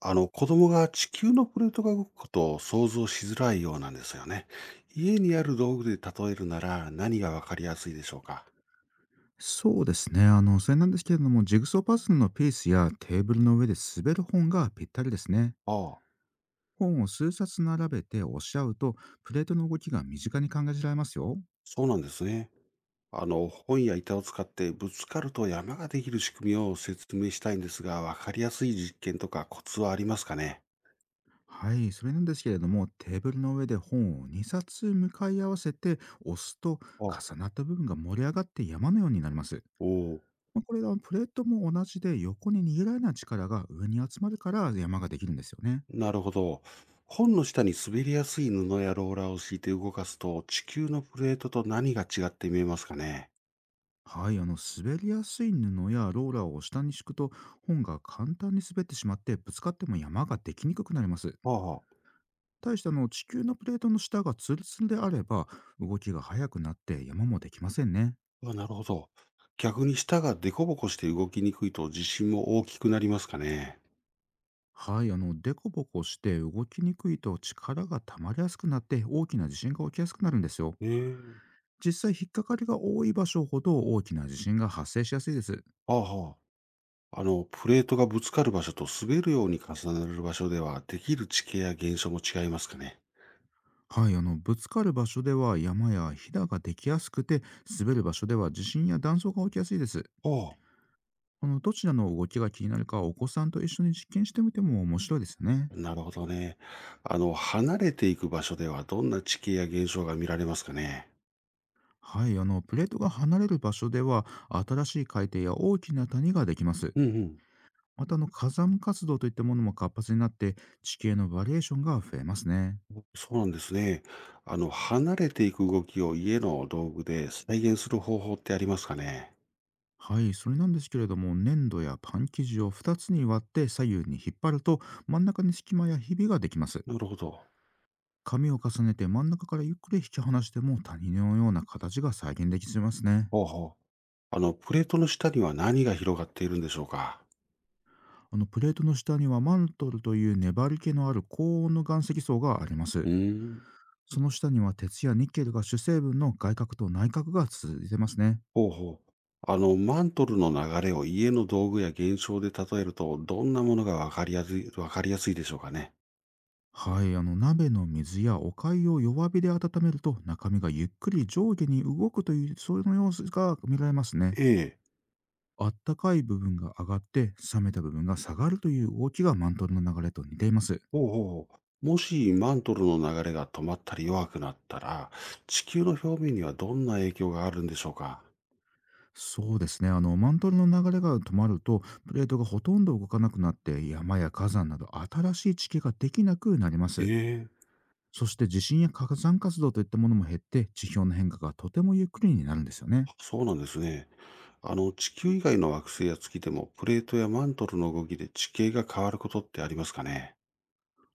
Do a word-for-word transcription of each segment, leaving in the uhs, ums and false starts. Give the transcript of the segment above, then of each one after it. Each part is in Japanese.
あの子供が地球のプレートが動くことを想像しづらいようなんですよね。家にある道具で例えるなら何がわかりやすいでしょうか？そうですね。あの、それなんですけれども、ジグソーパズルのピースやテーブルの上で滑る本がぴったりですね。ああ、本を数冊並べて押し合うと、プレートの動きが身近に感じられますよ。そうなんですね。あの、本や板を使ってぶつかると山ができる仕組みを説明したいんですが、わかりやすい実験とかコツはありますかね？はい、それなんですけれども、テーブルの上で本をにさつ向かい合わせて押すと、ああ、重なった部分が盛り上がって山のようになります。おお、まあこれはプレートも同じで、横に逃げられない力が上に集まるから山ができるんですよね。なるほど。本の下に滑りやすい布やローラーを敷いて動かすと、地球のプレートと何が違って見えますかね？はい、あの滑りやすい布やローラーを下に敷くと、本が簡単に滑ってしまって、ぶつかっても山ができにくくなります。ああ。対してあの地球のプレートの下がツルツルであれば、動きが速くなって山もできませんね。あ、なるほど。逆に舌が凸凹して動きにくいと地震も大きくなりますかね。はい、あのデコボコして動きにくいと、力が溜まりやすくなって大きな地震が起きやすくなるんですよ。ええ、実際、引っかかりが多い場所ほど大きな地震が発生しやすいです。ああ、はあ、あの、プレートがぶつかる場所と滑るように重なる場所では、できる地形や現象も違いますかね。はい、あの、ぶつかる場所では山やひだができやすくて、滑る場所では地震や断層が起きやすいです。ああ、あの、どちらの動きが気になるか、お子さんと一緒に実験してみても面白いですね。なるほどね。あの、離れていく場所ではどんな地形や現象が見られますかね。はい、あの、プレートが離れる場所では、新しい海底や大きな谷ができます。うんうまた、あの、火山活動といったものも活発になって、地形のバリエーションが増えますね。ん。そうなんですね。あの、離れていく動きを家の道具で再現する方法ってありますかね。はい、それなんですけれども、粘土やパン生地をふたつに割って左右に引っ張ると、真ん中に隙間やひびができます。なるほど。紙を重ねて真ん中からゆっくり引き離しても、谷のような形が再現できますね。ほうほう。あの、プレートの下には何が広がっているんでしょうか？あのプレートの下には、マントルという粘り気のある高温の岩石層があります。うーん。その下には、鉄やニッケルが主成分の外殻と内核が続いてますね。ほうほう。あの、マントルの流れを家の道具や現象で例えると、どんなものがわかりやすい、わかりやすいでしょうかね？はい、あの鍋の水やお粥を弱火で温めると、中身がゆっくり上下に動くという、その様子が見られますね。ええ。あったかい部分が上がって冷めた部分が下がるという動きが、マントルの流れと似ています。ほうほうほう。もしマントルの流れが止まったり弱くなったら、地球の表面にはどんな影響があるんでしょうか？そうですね。あの、マントルの流れが止まると、プレートがほとんど動かなくなって、山や火山など新しい地形ができなくなりまえす。え。そして、地震や火山活動といったものも減って、地表の変化がとてもゆっくりになるんですよね。あ、そうなんですね。あの、地球以外の惑星や月でも、プレートやマントルの動きで地形が変わることってありますかね？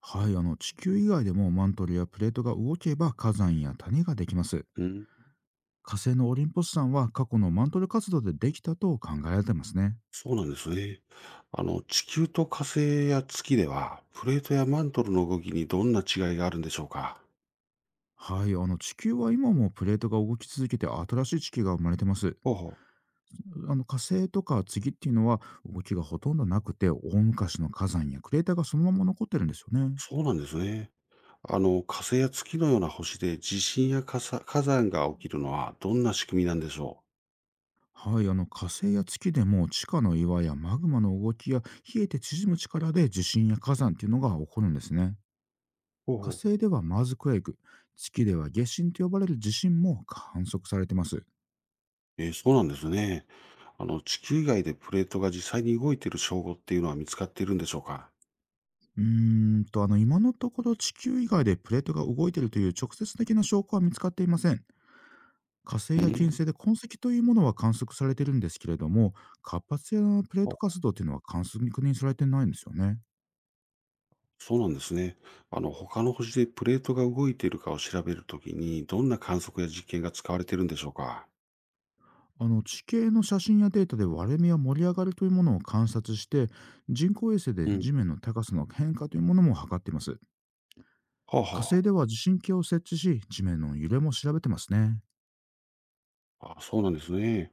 はい、あの、地球以外でもマントルやプレートが動けば、火山や谷ができます。うーん、火星のオリンポス山は、過去のマントル活動でできたと考えられてますね。そうなんですね。あの、地球と火星や月では、プレートやマントルの動きにどんな違いがあるんでしょうか？はい、あの、地球は今もプレートが動き続けて、新しい地形が生まれてます。ほうほう、あの火星とか月っていうのは、動きがほとんどなくて、大昔の火山やクレーターがそのまま残ってるんですよね。そうなんですね。あの、火星や月のような星で地震や火山火山が起きるのはどんな仕組みなんでしょはい、あの火星や月でも、地下の岩やマグマの動きや、冷えて縮む力で地震や火山っていうのが起こるんですね。う。ほう火ほ星ではマーズクエイク、月では下震と呼ばれる地震も観測されてます。う、えー、そうなんですね。あの、地球以外でプレートが実際に動いている証拠っていうのは見つかっているんでしょうか？うーんとあの今のところ、地球以外でプレートが動いているという直接的な証拠は見つかっていません。火星う。うや金ん。星で痕跡というものは観測されてるんですけれども、活発やプレーほうトほ活う。動というのは観測にされてないんですよね。そうなんですね。あの、他の星でプレートが動いているかを調べるときに、どんな観測や実験が使われているんでしょうか？あの地形の写真やデータで割れ目や盛り上がりというものを観察して、人工衛星でうん。地面の高さの変化というものも測っています。はあ火星はでは地震計を設置し、地面の揺れも調べてますね。あ。あ、そうなんですね。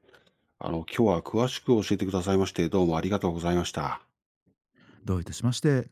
あの、今日は詳しく教えてくださいまして、どうもありがとうございました。どういたしまして。